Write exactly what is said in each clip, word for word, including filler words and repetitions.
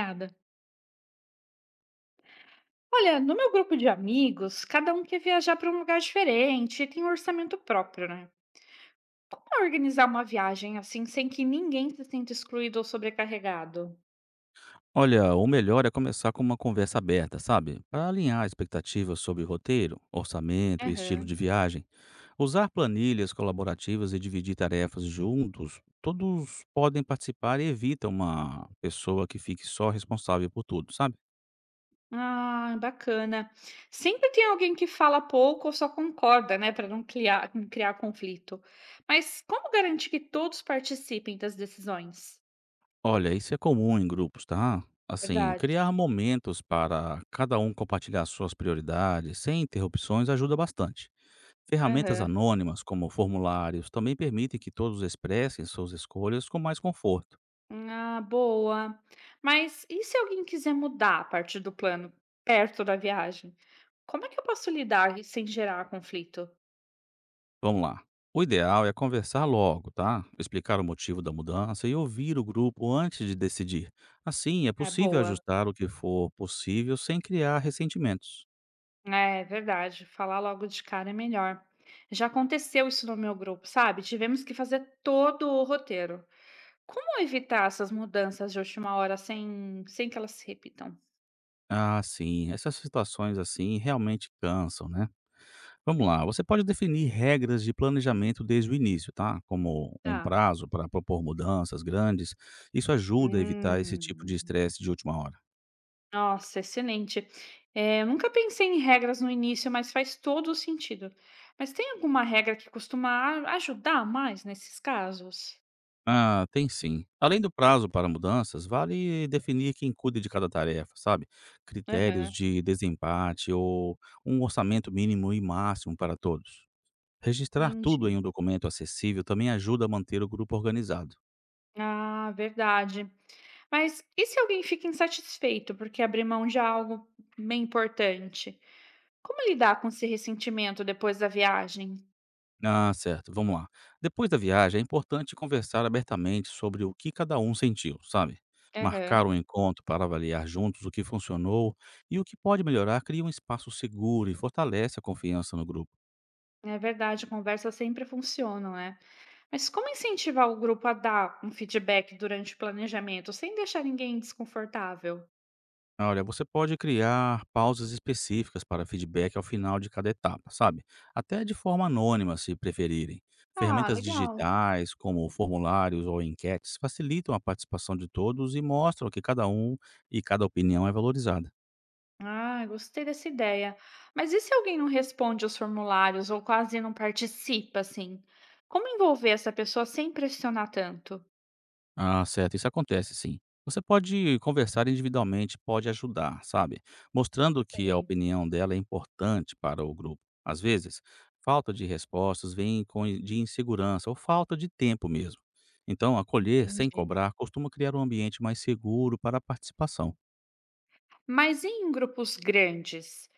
Nada. Olha, no meu grupo de amigos, cada um quer viajar para um lugar diferente e tem um orçamento próprio, né? Como é organizar uma viagem assim sem que ninguém se sinta excluído ou sobrecarregado? Olha, o melhor é começar com uma conversa aberta, sabe? Para alinhar expectativas sobre roteiro, orçamento e estilo Aham. de viagem. Usar planilhas colaborativas e dividir tarefas juntos, todos podem participar e evita uma pessoa que fique só responsável por tudo, sabe? Ah, bacana. Sempre tem alguém que fala pouco ou só concorda, né, para não criar, não criar conflito. Mas como garantir que todos participem das decisões? Olha, isso é comum em grupos, tá? Assim, Verdade. criar momentos para cada um compartilhar suas prioridades sem interrupções ajuda bastante. Ferramentas Aham. anônimas, como formulários, também permitem que todos expressem suas escolhas com mais conforto. Ah, boa. Mas e se alguém quiser mudar a parte do plano perto da viagem? Como é que eu posso lidar sem gerar conflito? Vamos lá. O ideal é conversar logo, tá? Explicar o motivo da mudança e ouvir o grupo antes de decidir. Assim, é É possível boa. ajustar o que for possível sem criar ressentimentos. É verdade. Falar logo de cara é melhor. Já aconteceu isso no meu grupo, sabe? Tivemos que fazer todo o roteiro. Como evitar essas mudanças de última hora sem, sem que elas se repitam? Ah, sim, essas situações assim realmente cansam, né? Vamos lá, você pode definir regras de planejamento desde o início, tá? Como um Tá. prazo para propor mudanças grandes. Isso ajuda a evitar esse tipo de Hum. estresse de última hora. Nossa, excelente. Eh, eu nunca pensei em regras no início, mas faz todo o sentido. Mas tem alguma regra que costuma a ajudar mais nesses casos? Ah, tem sim. Além do prazo para mudanças, vale definir quem cuida de cada tarefa, sabe? Critérios Aham, de desempate ou um orçamento mínimo e máximo para todos. Registrar tudo em entendi. um documento acessível também ajuda a manter o grupo organizado. Ah, verdade. Mas e se alguém fica insatisfeito porque abrir mão de algo bem importante? Como lidar com esse ressentimento depois da viagem? Ah, certo, vamos lá. Depois da viagem, é importante conversar abertamente sobre o que cada um sentiu, sabe? Marcar Aham, um encontro para avaliar juntos o que funcionou e o que pode melhorar cria um espaço seguro e fortalece a confiança no grupo. é verdade, conversa sempre funciona, né? Mas como incentivar o grupo a dar um feedback durante o planejamento, sem deixar ninguém desconfortável? Olha, você pode criar pausas específicas para feedback ao final de cada etapa, sabe? Até de forma anônima, se preferirem. Ah, Ferramentas legal. digitais, como formulários ou enquetes, facilitam a participação de todos e mostram que cada um e cada opinião é valorizada. Ah, gostei dessa ideia. Mas e se alguém não responde aos formulários ou quase não participa, assim? Como envolver essa pessoa sem pressionar tanto? Ah, certo, isso acontece sim. Você pode conversar individualmente, pode ajudar, sabe? Mostrando que a Sei, opinião dela é importante para o grupo. Às vezes, falta de respostas vem com in- de insegurança ou falta de tempo mesmo. Então, acolher sem entendi. cobrar costuma criar um ambiente mais seguro para a participação. Mas e em grupos grandes?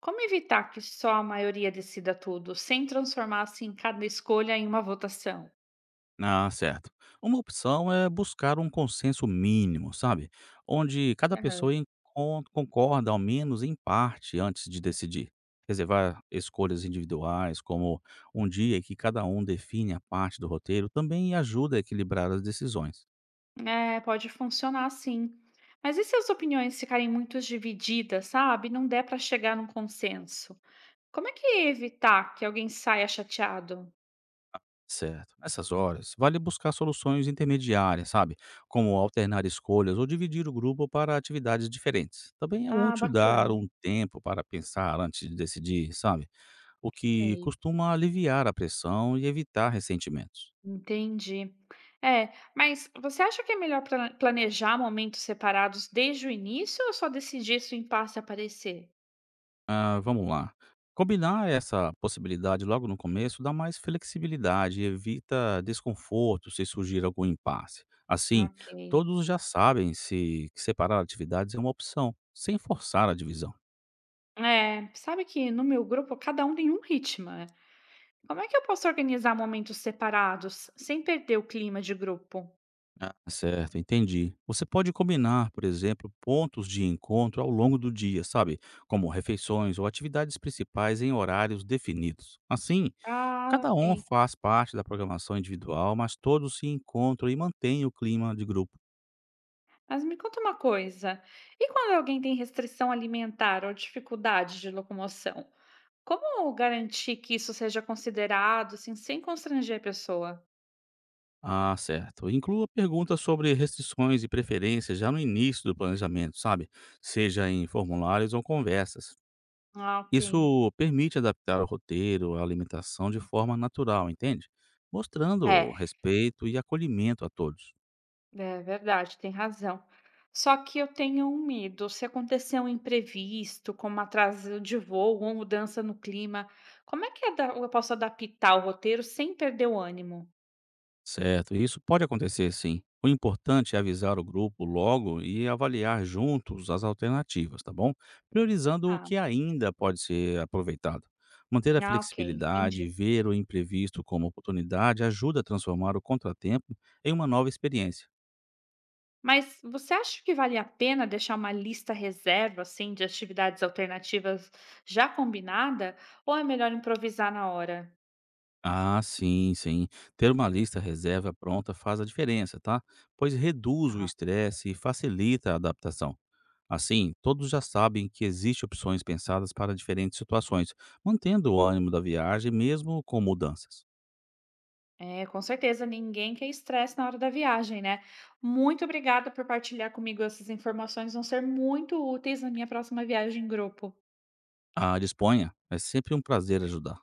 Como evitar que só a maioria decida tudo, sem transformar assim cada escolha em uma votação? Ah, certo. Uma opção é buscar um consenso mínimo, sabe? Onde cada Aham. pessoa encon- concorda, ao menos em parte, antes de decidir. Reservar escolhas individuais, como um dia que cada um define a parte do roteiro, também ajuda a equilibrar as decisões. É, pode funcionar sim. Mas e se as opiniões ficarem muito divididas, sabe? Não der para chegar num consenso? Como é que é evitar que alguém saia chateado? Certo. Nessas horas, vale buscar soluções intermediárias, sabe? Como alternar escolhas ou dividir o grupo para atividades diferentes. Também é Ah, útil dar bacana. um tempo para pensar antes de decidir, sabe? O que Sei. costuma aliviar a pressão e evitar ressentimentos. Entendi. É, mas você acha que é melhor pla- planejar momentos separados desde o início ou só decidir se o impasse aparecer? Ah, vamos lá. Combinar essa possibilidade logo no começo dá mais flexibilidade e evita desconforto se surgir algum impasse. Assim, Ok. todos já sabem se que separar atividades é uma opção, sem forçar a divisão. É, sabe que no meu grupo cada um tem um ritmo. Né? Como é que eu posso organizar momentos separados sem perder o clima de grupo? Ah, certo, entendi. Você pode combinar, por exemplo, pontos de encontro ao longo do dia, sabe? Como refeições ou atividades principais em horários definidos. Assim, Ah, cada um ok. faz parte da programação individual, mas todos se encontram e mantêm o clima de grupo. Mas me conta uma coisa, e quando alguém tem restrição alimentar ou dificuldade de locomoção, como garantir que isso seja considerado, assim, sem constranger a pessoa? Ah, certo. Inclua perguntas sobre restrições e preferências já no início do planejamento, sabe? Seja em formulários ou conversas. Ah, ok. Isso permite adaptar o roteiro, a alimentação de forma natural, entende? Mostrando É, respeito e acolhimento a todos. é verdade, tem razão. Só que eu tenho um medo. Se acontecer um imprevisto, como atraso de voo ou mudança no clima, como é que ada- eu posso adaptar o roteiro sem perder o ânimo? Certo, isso pode acontecer sim. O importante é avisar o grupo logo e avaliar juntos as alternativas, tá bom? Priorizando o Ah, que ainda pode ser aproveitado. Manter a ah, ok, flexibilidade e entendi. ver o imprevisto como oportunidade ajuda a transformar o contratempo em uma nova experiência. Mas você acha que vale a pena deixar uma lista reserva, assim, de atividades alternativas já combinada, ou é melhor improvisar na hora? Ah, sim, sim. Ter uma lista reserva pronta faz a diferença, tá? Pois reduz o Ah, estresse e facilita a adaptação. Assim, todos já sabem que existem opções pensadas para diferentes situações, mantendo o ânimo da viagem mesmo com mudanças. é, com certeza, ninguém quer estresse na hora da viagem, né? Muito obrigada por partilhar comigo essas informações, vão ser muito úteis na minha próxima viagem em grupo. Ah, disponha, é sempre um prazer ajudar.